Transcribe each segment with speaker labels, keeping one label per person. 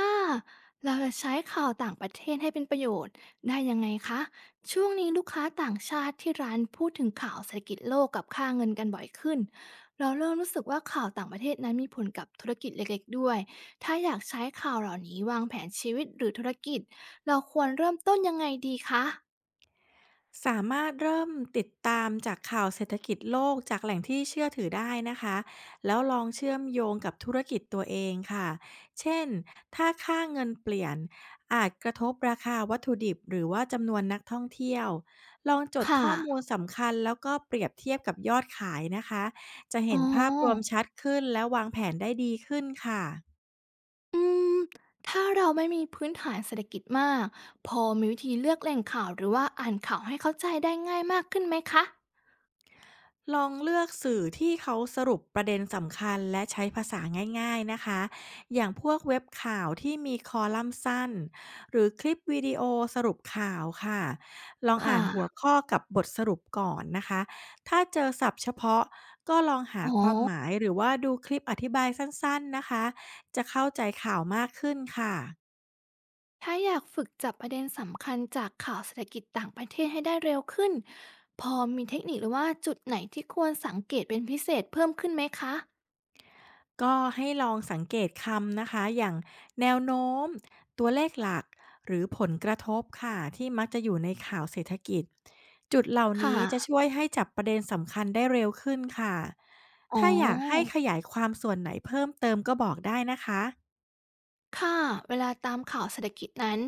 Speaker 1: ถ้าเราจะใช้ข่าวต่างประเทศให้เป็นประโยชน์ได้ยังไงคะ ช่วงนี้ลูกค้าต่างชาติที่ร้านพูดถึงข่าวเศรษฐกิจโลกกับค่าเงินกันบ่อยขึ้นเราเริ่มรู้สึกว่าข่าวต่างประเทศนั้นมีผลกับธุรกิจเล็กๆด้วยถ้าอยากใช้ข่าวเหล่านี้วางแผนชีวิตหรือธุรกิจเราควรเริ่มต้นยังไงดีคะ
Speaker 2: สามารถเริ่มติดตามจากข่าวเศรษฐกิจโลกจากแหล่งที่เชื่อถือได้นะคะแล้วลองเชื่อมโยงกับธุรกิจตัวเองค่ะเช่นถ้าค่าเงินเปลี่ยนอาจกระทบราคาวัตถุดิบหรือว่าจำนวนนักท่องเที่ยวลองจ
Speaker 1: ค
Speaker 2: ดข้อมู
Speaker 1: ่ะ
Speaker 2: ลสำคัญแล้วก็เปรียบเทียบกับยอดขายนะคะจะ
Speaker 1: อ๋
Speaker 2: เห็นภาพรวม
Speaker 1: อ
Speaker 2: ชัดขึ้นและวางแผนได้ดีขึ้นค่ะ
Speaker 1: อืมถ้าเราไม่มีพื้นฐานเศรษฐกิจมากพอมีวิธีเลือกแหล่งข่าวหรือว่าอ่านข่าวให้เข้าใจได้ง่ายมากขึ้นไหมคะ
Speaker 2: ลองเลือกสื่อที่เขาสรุปประเด็นสำคัญและใช้ภาษาง่ายๆนะคะอย่างพวกเว็บข่าวที่มีคอลัมน์สั้น หรือคลิปวิดีโอสรุปข่าวค่ะลองอ่านหัว
Speaker 1: ค่ะ
Speaker 2: ข้อกับบทสรุปก่อนนะคะถ้าเจอศัพท์เฉพาะก็ลองหา
Speaker 1: อ๋อ
Speaker 2: ความหมายหรือว่าดูคลิปอธิบายสั้นๆนะคะจะเข้าใจข่าวมากขึ้นค่ะ
Speaker 1: ถ้าอยากฝึกจับประเด็นสำคัญจากข่าวเศรษฐกิจต่างประเทศให้ได้เร็วขึ้น พอมีเทคนิคหรือว่าจุดไหนที่ควรสังเกตเป็นพิเศษเพิ่มขึ้นไหมคะ
Speaker 2: ก็ให้ลองสังเกตคำนะคะอย่างแนวโน้มตัวเลขหลักหรือผลกระทบค่ะที่มักจะอยู่ในข่าวเศรษฐกิจจุดเหล่า
Speaker 1: ค
Speaker 2: นี้จะ
Speaker 1: ่ะ
Speaker 2: ช่วยให้จับประเด็นสำคัญได้เร็วขึ้นค่ะ
Speaker 1: อ๋อ
Speaker 2: ถ้าอยากให้ขยายความส่วนไหนเพิ่มเติมก็บอกได้นะคะ
Speaker 1: ค่ะ เวลาตามข่าวเศรษฐกิจนั้น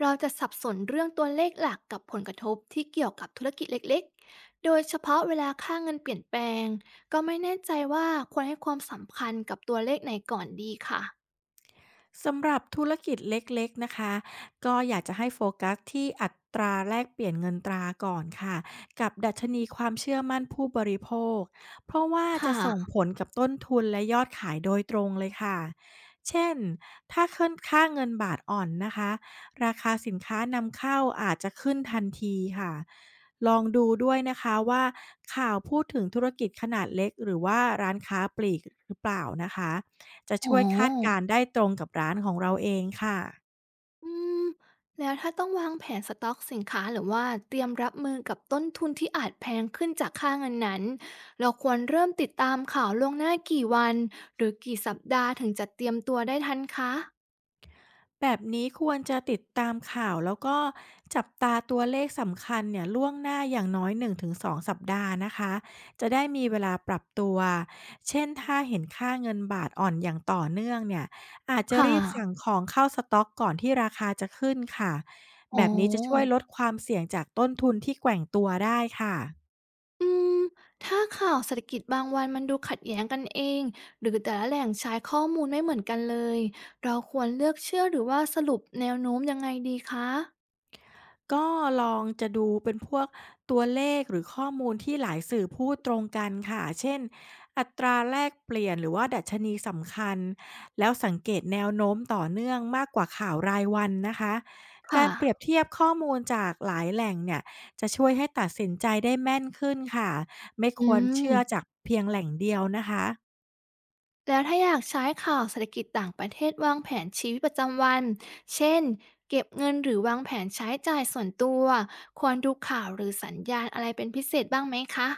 Speaker 1: เราจะสับสนเรื่องตัวเลขหลักกับผลกระทบที่เกี่ยวกับธุรกิจเล็กๆโดยเฉพาะเวลาค่าเงินเปลี่ยนแปลงก็ไม่แน่ใจว่าควรให้ความสำคัญกับตัวเลขไหนก่อนดีค่ะ
Speaker 2: สำหรับธุรกิจเล็กๆนะคะก็อยากจะให้โฟกัสที่อัตราแลกเปลี่ยนเงินตราก่อนค่ะกับดัชนีความเชื่อมั่นผู้บริโภคเพราะว่า
Speaker 1: ค
Speaker 2: จะส่ง
Speaker 1: ่ะ
Speaker 2: ผลกับต้นทุนและยอดขายโดยตรงเลยค่ะเช่นถ้าขึ้นค่าเงินบาทอ่อนนะคะราคาสินค้านำเข้าอาจจะขึ้นทันทีค่ะลองดูด้วยนะคะว่าข่าวพูดถึงธุรกิจขนาดเล็กหรือว่าร้านค้าปลีกหรือเปล่านะคะ จะ
Speaker 1: อ๋อ
Speaker 2: ช่วยคาดการณ์ได้ตรงกับร้านของเราเองค่ะ
Speaker 1: อืมแล้วถ้าต้องวางแผนสต็อกสินค้าหรือว่าเตรียมรับมือกับต้นทุนที่อาจแพงขึ้นจากค่าเงินนั้นเราควรเริ่มติดตามข่าวล่วงหน้ากี่วันหรือกี่สัปดาห์ถึงจะเตรียมตัวได้ทันคะ
Speaker 2: แบบนี้ควรจะติดตามข่าวแล้วก็จับตาตัวเลขสำคัญเนี่ยล่วงหน้าอย่างน้อย1-2สองสัปดาห์นะคะจะได้มีเวลาปรับตัวเช่นถ้าเห็นค่าเงินบาทอ่อนอย่างต่อเนื่องเนี่ยอาจจะ
Speaker 1: ค่
Speaker 2: รีบสั่ง
Speaker 1: ะ
Speaker 2: ของเข้าสต็อกก่อนที่ราคาจะขึ้นค่ะ
Speaker 1: อ๋
Speaker 2: แบ
Speaker 1: อ
Speaker 2: บนี้จะช่วยลดความเสี่ยงจากต้นทุนที่แกว่งตัวได้ค่ะ
Speaker 1: อืมถ้าข่าวเศรษฐกิจบางวันมันดูขัดแย้งกันเองหรือแต่ละแหล่งใช้ข้อมูลไม่เหมือนกันเลยเราควรเลือกเชื่อหรือว่าสรุปแนวโน้มยังไงดีคะ
Speaker 2: ก็ลองดูเป็นพวกตัวเลขหรือข้อมูลที่หลายสื่อพูดตรงกันค่ะเช่นอัตราแลกเปลี่ยนหรือว่าดัชนีสำคัญแล้วสังเกตแนวโน้มต่อเนื่องมากกว่าข่าวรายวันนะคะ
Speaker 1: ค่ะ
Speaker 2: การเปรียบเทียบข้อมูลจากหลายแหล่งเนี่ยจะช่วยให้ตัดสินใจได้แม่นขึ้นค่ะไม่
Speaker 1: อื
Speaker 2: ควร
Speaker 1: ม
Speaker 2: เชื่อจากเพียงแหล่งเดียวนะคะ
Speaker 1: แล้วถ้าอยากใช้ข่าวเศรษฐกิจต่างประเทศวางแผนชีวิตประจำวันเช่นเก็บเงินหรือวางแผนใช้จ่ายส่วนตัว ควรดูข่าวหรือสัญญาณอะไรเป็นพิเศษบ้างไหมคะ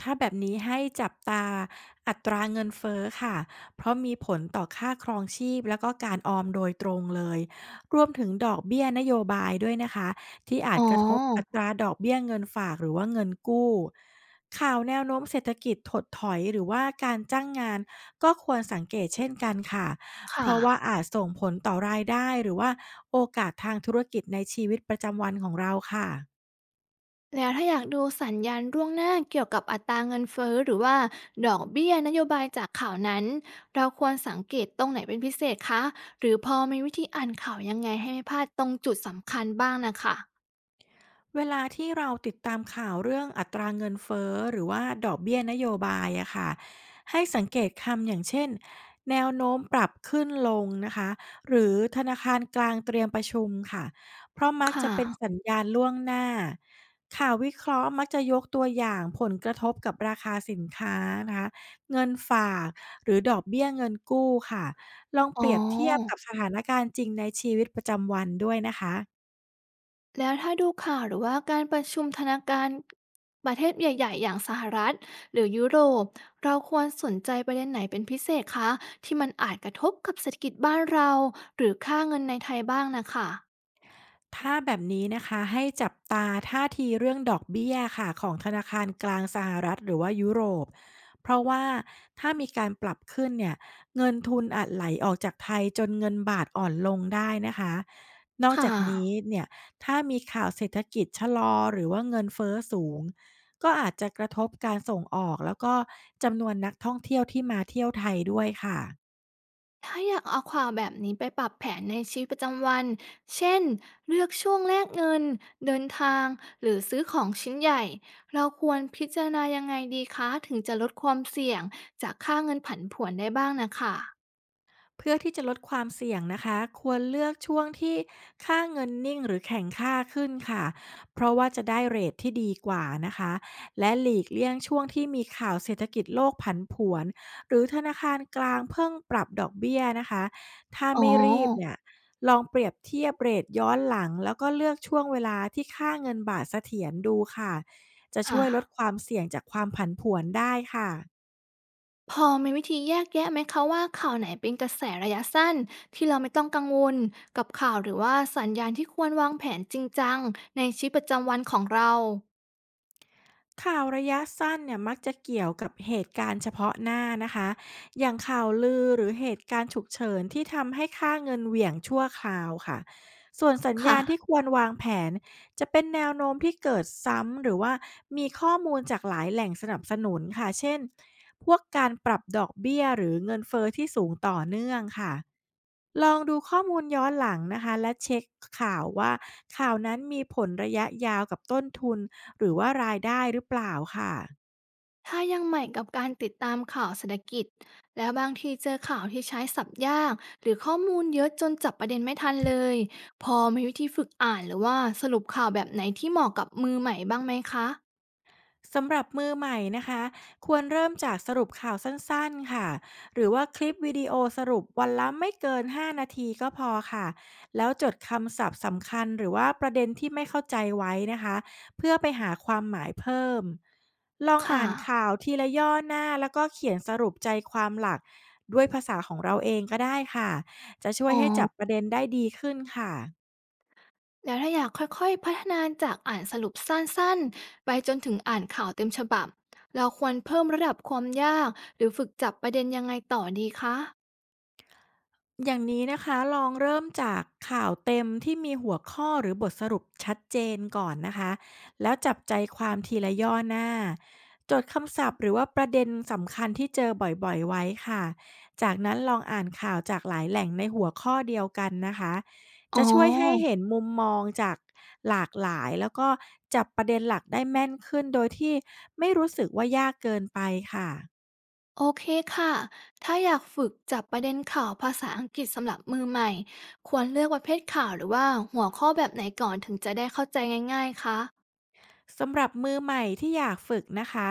Speaker 2: ถ้าแบบนี้ให้จับตาอัตราเงินเฟ้อค่ะเพราะมีผลต่อค่าครองชีพแล้วก็การออมโดยตรงเลย รวมถึงดอกเบี้ยนโยบายด้วยนะคะที่อา
Speaker 1: อ๋
Speaker 2: จ
Speaker 1: อ
Speaker 2: กระทบอัตราดอกเบี้ยเงินฝากหรือว่าเงินกู้ข่าวแนวโน้มเศรษฐกิจถดถอยหรือว่าการจ้างงานก็ควรสังเกตเช่นกันค่ะ เพ
Speaker 1: ค่ะ
Speaker 2: ราะว่าอาจส่งผลต่อรายได้หรือว่าโอกาสทางธุรกิจในชีวิตประจำวันของเราค่ะ
Speaker 1: แล้วถ้าอยากดูสัญญาณล่วงหน้าเกี่ยวกับอัตราเงินเฟ้อหรือว่าดอกเบี้ยนโยบายจากข่าวนั้น เราควรสังเกตตรงไหนเป็นพิเศษคะหรือพอมีวิธีอ่านข่าวยังไงให้ไม่พลาดตรงจุดสำคัญบ้างน่ะค่ะ
Speaker 2: เวลาที่เราติดตามข่าวเรื่องอัตราเงินเฟ้อหรือว่าดอกเบี้ยนโยบายอะค่ะให้สังเกตคำอย่างเช่นแนวโน้มปรับขึ้นลงนะคะหรือธนาคารกลางเตรียมประชุมค่ะเพราะมัก
Speaker 1: ค่ะ
Speaker 2: จะเป็นสัญญาณล่วงหน้าข่าววิเคราะห์มักจะยกตัวอย่างผลกระทบกับราคาสินค้านะคะเงินฝากหรือดอกเบี้ยเงินกู้ค่ะลอง
Speaker 1: อ๋
Speaker 2: เป
Speaker 1: อ
Speaker 2: รียบเทียบกับสถานการณ์จริงในชีวิตประจำวันด้วยนะคะ
Speaker 1: แล้วถ้าดูข่าวหรือว่าการประชุมธนาคารประเทศใหญ่ๆอย่างสหรัฐหรือยุโรปเราควรสนใจประเด็นไหนเป็นพิเศษคะที่มันอาจกระทบกับเศรษฐกิจบ้านเราหรือค่าเงินในไทยบ้างนะค่ะ
Speaker 2: ถ้าแบบนี้นะคะให้จับตาท่าทีเรื่องดอกเบี้ยค่ะของธนาคารกลางสหรัฐหรือว่ายุโรปเพราะว่าถ้ามีการปรับขึ้นเนี่ยเงินทุนอาจไหลออกจากไทยจนเงินบาทอ่อนลงได้นะคะนอก
Speaker 1: ค่ะ
Speaker 2: จากนี้เนี่ยถ้ามีข่าวเศรษฐกิจชะลอหรือว่าเงินเฟ้อสูงก็อาจจะกระทบการส่งออกแล้วก็จำนวนนักท่องเที่ยวที่มาเที่ยวไทยด้วยค่ะ
Speaker 1: ถ้าอยากเอาข่าวแบบนี้ไปปรับแผนในชีวิตประจำวันเช่นเลือกช่วงแลกเงินเดินทางหรือซื้อของชิ้นใหญ่เราควรพิจารณายังไงดีคะถึงจะลดความเสี่ยงจากค่าเงินผันผวนได้บ้างนะค่ะ
Speaker 2: เพื่อที่จะลดความเสี่ยงนะคะควรเลือกช่วงที่ค่าเงินนิ่งหรือแข็งค่าขึ้นค่ะเพราะว่าจะได้เรทที่ดีกว่านะคะและหลีกเลี่ยงช่วงที่มีข่าวเศรษฐกิจโลกผันผวนหรือธนาคารกลางเพิ่งปรับดอกเบี้ยนะคะถ้า
Speaker 1: อ๋อ
Speaker 2: ไม่รีบเนี่ยลองเปรียบเทียบเรทย้อนหลังแล้วก็เลือกช่วงเวลาที่ค่าเงินบาทเสถียรดูค่ะจะช่
Speaker 1: ค่ะ
Speaker 2: วยลดความเสี่ยงจากความผันผวนได้ค่ะ
Speaker 1: พอมีวิธีแยกแยะไหมคะว่าข่าวไหนเป็นกระแสระยะสั้นที่เราไม่ต้องกังวลกับข่าวหรือว่าสัญญาณที่ควรวางแผนจริงจังในชีวิตประจำวันของเรา
Speaker 2: ข่าวระยะสั้นเนี่ยมักจะเกี่ยวกับเหตุการณ์เฉพาะหน้านะคะอย่างข่าวลือหรือเหตุการณ์ฉุกเฉินที่ทำให้ค่าเงินเหวี่ยงชั่วคราวค่ะส่วนสัญญาณที่
Speaker 1: ค่ะ
Speaker 2: ควรวางแผนจะเป็นแนวโน้มที่เกิดซ้ำหรือว่ามีข้อมูลจากหลายแหล่งสนับสนุนค่ะเช่นพวกการปรับดอกเบี้ยหรือเงินเฟอ้อที่สูงต่อเนื่องค่ะลองดูข้อมูลย้อนหลังนะคะและเช็คข่าวว่าข่าวนั้นมีผลระยะยาวกับต้นทุน หรือว่ารายได้หรือเปล่าค่ะ
Speaker 1: ถ้ายังใหม่กับการติดตามข่าวเศรษฐกิจแล้วบางทีเจอข่าวที่ใช้ศัพท์ยากหรือข้อมูลเยอะจนจับประเด็นไม่ทันเลยพอมีวิธีฝึกอ่านหรือว่าสรุปข่าวแบบไหนที่เหมาะกับมือใหม่บ้างไหมคะ
Speaker 2: สำหรับมือใหม่นะคะควรเริ่มจากสรุปข่าวสั้นๆค่ะหรือว่าคลิปวิดีโอสรุปวันละไม่เกิน5นาทีก็พอค่ะแล้วจดคำศัพท์สำคัญหรือว่าประเด็นที่ไม่เข้าใจไว้นะคะเพื่อไปหาความหมายเพิ่มลอง
Speaker 1: ค่ะ
Speaker 2: อ่านข่าวทีละย่อหน้าแล้วก็เขียนสรุปใจความหลักด้วยภาษาของเราเองก็ได้ค่ะจะช่ว
Speaker 1: อ๋
Speaker 2: ย
Speaker 1: อ
Speaker 2: ให้จับประเด็นได้ดีขึ้นค่ะ
Speaker 1: แล้วถ้าอยากค่อยๆพัฒนาจากอ่านสรุปสั้นๆไปจนถึงอ่านข่าวเต็มฉบับ เราควรเพิ่มระดับความยากหรือฝึกจับประเด็นยังไงต่อดีคะ
Speaker 2: อย่างนี้นะคะลองเริ่มจากข่าวเต็มที่มีหัวข้อหรือบทสรุปชัดเจนก่อนนะคะแล้วจับใจความทีละย่อหน้าจดคำศัพท์หรือว่าประเด็นสำคัญที่เจอบ่อยๆไว้ค่ะจากนั้นลองอ่านข่าวจากหลายแหล่งในหัวข้อเดียวกันนะคะ
Speaker 1: อ๋
Speaker 2: จะช่วยให้
Speaker 1: อ
Speaker 2: เห็นมุมมองจากหลากหลายแล้วก็จับประเด็นหลักได้แม่นขึ้นโดยที่ไม่รู้สึกว่ายากเกินไปค่ะ
Speaker 1: โอเคค่ะ ถ้าอยากฝึกจับประเด็นข่าวภาษาอังกฤษสำหรับมือใหม่ควรเลือกประเภทข่าวหรือว่าหัวข้อแบบไหนก่อนถึงจะได้เข้าใจง่ายๆคะ
Speaker 2: สำหรับมือใหม่ที่อยากฝึกนะคะ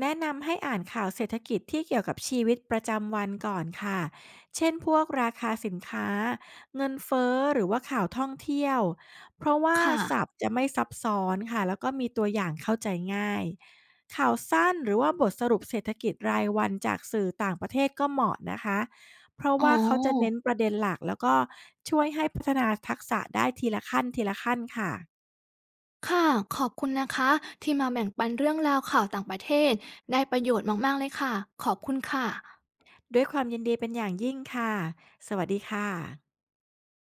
Speaker 2: แนะนำให้อ่านข่าวเศรษฐกิจที่เกี่ยวกับชีวิตประจำวันก่อนค่ะเช่นพวกราคาสินค้าเงินเฟ้อหรือว่าข่าวท่องเที่ยวเพราะว่าศั
Speaker 1: ค่ะ
Speaker 2: พท์จะไม่ซับซ้อนค่ะแล้วก็มีตัวอย่างเข้าใจง่ายข่าวสั้นหรือว่าบทสรุปเศรษฐกิจรายวันจากสื่อต่างประเทศก็เหมาะนะคะเพราะ
Speaker 1: อ๋อ
Speaker 2: ว่าเขาจะเน้นประเด็นหลักแล้วก็ช่วยให้พัฒนาทักษะได้ทีละขั้นทีละขั้นค่ะ
Speaker 1: ค่ะขอบคุณนะคะที่มาแบ่งปันเรื่องราวข่าวต่างประเทศได้ประโยชน์มากๆเลยค่ะขอบคุณค่ะ
Speaker 2: ด้วยความยินดีเป็นอย่างยิ่งค่ะ สวัสดีค่ะ